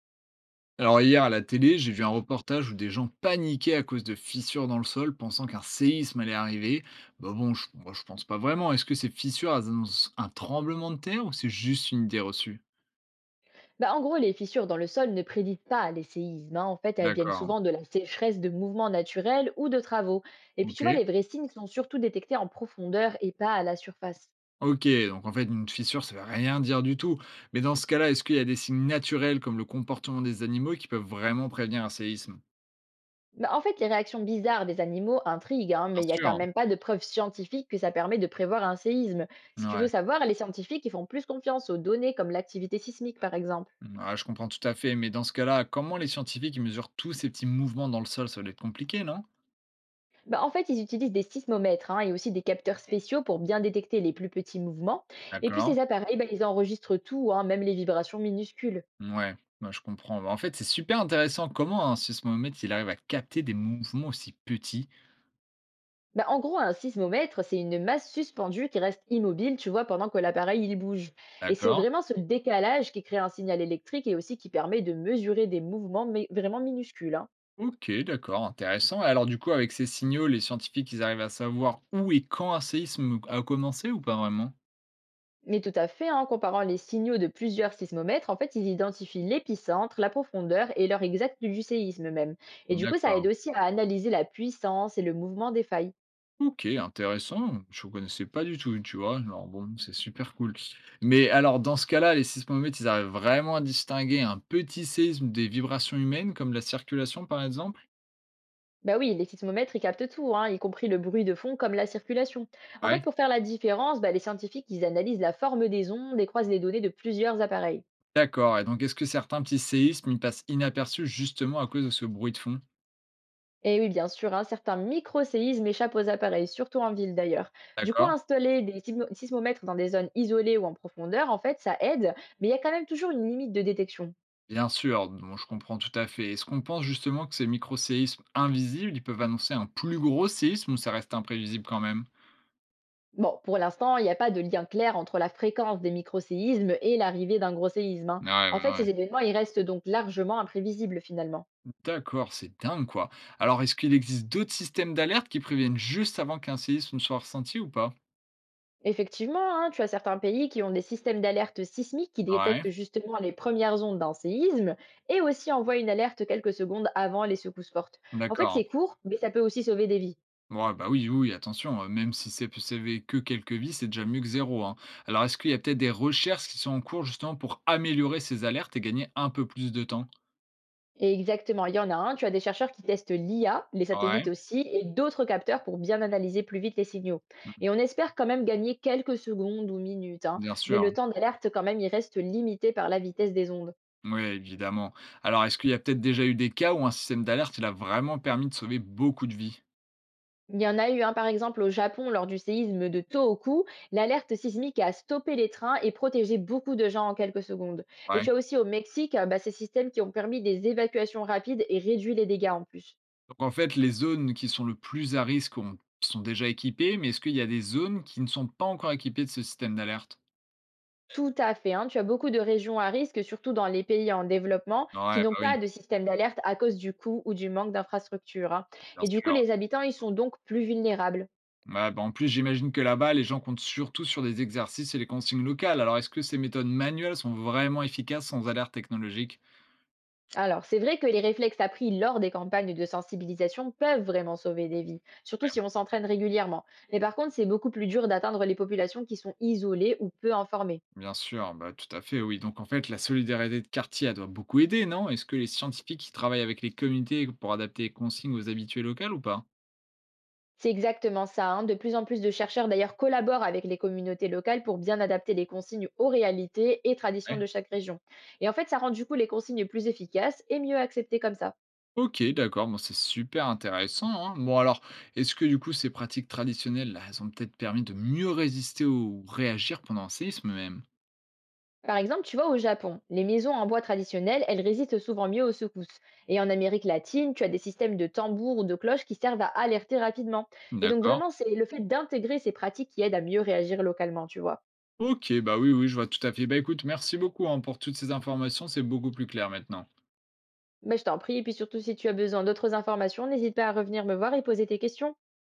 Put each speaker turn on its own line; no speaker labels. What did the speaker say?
Alors hier à la télé, j'ai vu un reportage où des gens paniquaient à cause de fissures dans le sol, pensant qu'un séisme allait arriver. Moi, je pense pas vraiment. Est-ce que ces fissures elles annoncent un tremblement de terre ou c'est juste une idée reçue?
Bah, en gros, les fissures dans le sol ne prédisent pas les séismes, hein. En fait, elles viennent
D'accord.
souvent de la sécheresse de mouvements naturels ou de travaux. Et puis, tu
Ok.
vois, les vrais signes sont surtout détectés en profondeur et pas à la surface.
Ok, donc en fait une fissure ça veut rien dire du tout. Mais dans ce cas-là, est-ce qu'il y a des signes naturels comme le comportement des animaux qui peuvent vraiment prévenir un séisme?
Bah, en fait, les réactions bizarres des animaux intriguent, hein, mais
Bien
il n'y a quand
sûr.
même pas de preuves scientifiques que ça permet de prévoir un séisme. Si tu veux
Ouais.
savoir, les scientifiques ils font plus confiance aux données comme l'activité sismique, par exemple.
Ouais, je comprends tout à fait. Mais dans ce cas-là, comment les scientifiques ils mesurent tous ces petits mouvements dans le sol? Ça doit être compliqué, non?
Bah, en fait, ils utilisent des sismomètres hein, et aussi des capteurs spéciaux pour bien détecter les plus petits mouvements. Et puis
D'accord.
ces appareils, bah, ils enregistrent tout, hein, même les vibrations minuscules.
Ouais, moi je comprends. Bah, en fait, c'est super intéressant comment un sismomètre, il arrive à capter des mouvements aussi petits.
Bah, en gros, un sismomètre, c'est une masse suspendue qui reste immobile, tu vois, pendant que l'appareil il bouge. Et c'est
D'accord.
vraiment ce décalage qui crée un signal électrique et aussi qui permet de mesurer des mouvements mais vraiment minuscules, hein.
OK, d'accord, intéressant. Et alors du coup, avec ces signaux, les scientifiques, ils arrivent à savoir où et quand un séisme a commencé ou pas vraiment?
Mais tout à fait, hein, en comparant les signaux de plusieurs sismomètres, en fait, ils identifient l'épicentre, la profondeur et l'heure exacte du séisme même. Et du coup, ça aide
D'accord.
aussi à analyser la puissance et le mouvement des failles.
OK, intéressant. Je ne connaissais pas du tout, tu vois? Alors bon, c'est super cool. Mais alors dans ce cas-là, les sismomètres, ils arrivent vraiment à distinguer un petit séisme des vibrations humaines, comme la circulation par exemple?
Bah oui, les sismomètres, ils captent tout, hein, y compris le bruit de fond comme la circulation. En fait,
Ouais.
pour faire la différence, bah, les scientifiques, ils analysent la forme des ondes et croisent les données de plusieurs appareils.
D'accord, et donc est-ce que certains petits séismes, ils passent inaperçus justement à cause de ce bruit de fond?
Et oui, bien sûr, hein, certains micro-séismes échappent aux appareils, surtout en ville d'ailleurs. Du coup,
D'accord,
installer des sismomètres dans des zones isolées ou en profondeur, en fait, ça aide, mais il y a quand même toujours une limite de détection.
bien sûr, bon, je comprends tout à fait. Est-ce qu'on pense justement que ces micro-séismes invisibles, ils peuvent annoncer un plus gros séisme ou ça reste imprévisible quand même?
Bon, pour l'instant, il n'y a pas de lien clair entre la fréquence des micro-séismes et l'arrivée d'un gros séisme, hein.
Ouais,
En
ouais,
fait,
ouais.
ces événements, ils restent donc largement imprévisibles finalement.
D'accord, c'est dingue quoi. Alors est-ce qu'il existe d'autres systèmes d'alerte qui préviennent juste avant qu'un séisme ne soit ressenti ou pas?
Effectivement, hein, tu as certains pays qui ont des systèmes d'alerte sismique qui
Ouais,
détectent justement les premières ondes d'un séisme et aussi envoient une alerte quelques secondes avant les secousses fortes. En fait,
d'accord.
c'est court, mais ça peut aussi sauver des vies.
Ouais, bah oui, oui, oui, attention, même si c'est que quelques vies, c'est déjà mieux que zéro, hein. Alors, est-ce qu'il y a peut-être des recherches qui sont en cours justement pour améliorer ces alertes et gagner un peu plus de temps?
Et exactement, il y en a un, tu as des chercheurs qui testent l'IA, les satellites
Ouais,
aussi, et d'autres capteurs pour bien analyser plus vite les signaux.
mm,
Et on espère quand même gagner quelques secondes ou minutes, hein,
bien
mais
sûr,
le
hein.
temps d'alerte quand même, il reste limité par la vitesse des ondes.
Oui, évidemment. Alors, est-ce qu'il y a peut-être déjà eu des cas où un système d'alerte, il a vraiment permis de sauver beaucoup de vies?
Il y en a eu un, par exemple, au Japon lors du séisme de Tohoku. L'alerte sismique a stoppé les trains et protégé beaucoup de gens en quelques secondes. Et tu
Ouais.
as aussi au Mexique bah, ces systèmes qui ont permis des évacuations rapides et réduit les dégâts en plus.
Donc, en fait, les zones qui sont le plus à risque sont déjà équipées, mais est-ce qu'il y a des zones qui ne sont pas encore équipées de ce système d'alerte?
Tout à fait, hein. Tu as beaucoup de régions à risque, surtout dans les pays en développement, qui
Ouais, bah
n'ont pas
oui,
de système d'alerte à cause du coût ou du manque d'infrastructures, hein.
bien
Et du coup,
sûr.
les habitants, ils sont donc plus vulnérables.
Ouais, bah, en plus, j'imagine que là-bas, les gens comptent surtout sur des exercices et les consignes locales. Alors, est-ce que ces méthodes manuelles sont vraiment efficaces sans alerte technologique?
Alors, c'est vrai que les réflexes appris lors des campagnes de sensibilisation peuvent vraiment sauver des vies, surtout
Ouais.
si on s'entraîne régulièrement. Mais par contre, c'est beaucoup plus dur d'atteindre les populations qui sont isolées ou peu informées.
Bien sûr, bah, tout à fait, oui. Donc, en fait, la solidarité de quartier, elle doit beaucoup aider, non? Est-ce que les scientifiques qui travaillent avec les communautés pour adapter les consignes aux habitués locales ou pas?
C'est exactement ça, hein. De plus en plus de chercheurs d'ailleurs collaborent avec les communautés locales pour bien adapter les consignes aux réalités et traditions
Ouais.
de chaque région. Et en fait, ça rend du coup les consignes plus efficaces et mieux acceptées comme ça.
Ok, d'accord, bon, c'est super intéressant, hein. Bon, alors, est-ce que du coup, ces pratiques traditionnelles, là, elles ont peut-être permis de mieux résister ou réagir pendant un séisme même?
Par exemple, tu vois, au Japon, les maisons en bois traditionnelles, elles résistent souvent mieux aux secousses. Et en Amérique latine, tu as des systèmes de tambours ou de cloches qui servent à alerter rapidement. Et donc,
D'accord.
vraiment, c'est le fait d'intégrer ces pratiques qui aident à mieux réagir localement, tu vois.
OK, bah, oui, oui, je vois tout à fait. Bah, écoute, merci beaucoup, hein, pour toutes ces informations, c'est beaucoup plus clair maintenant.
Mais je t'en prie, et puis surtout, si tu as besoin d'autres informations, n'hésite pas à revenir me voir et poser tes questions.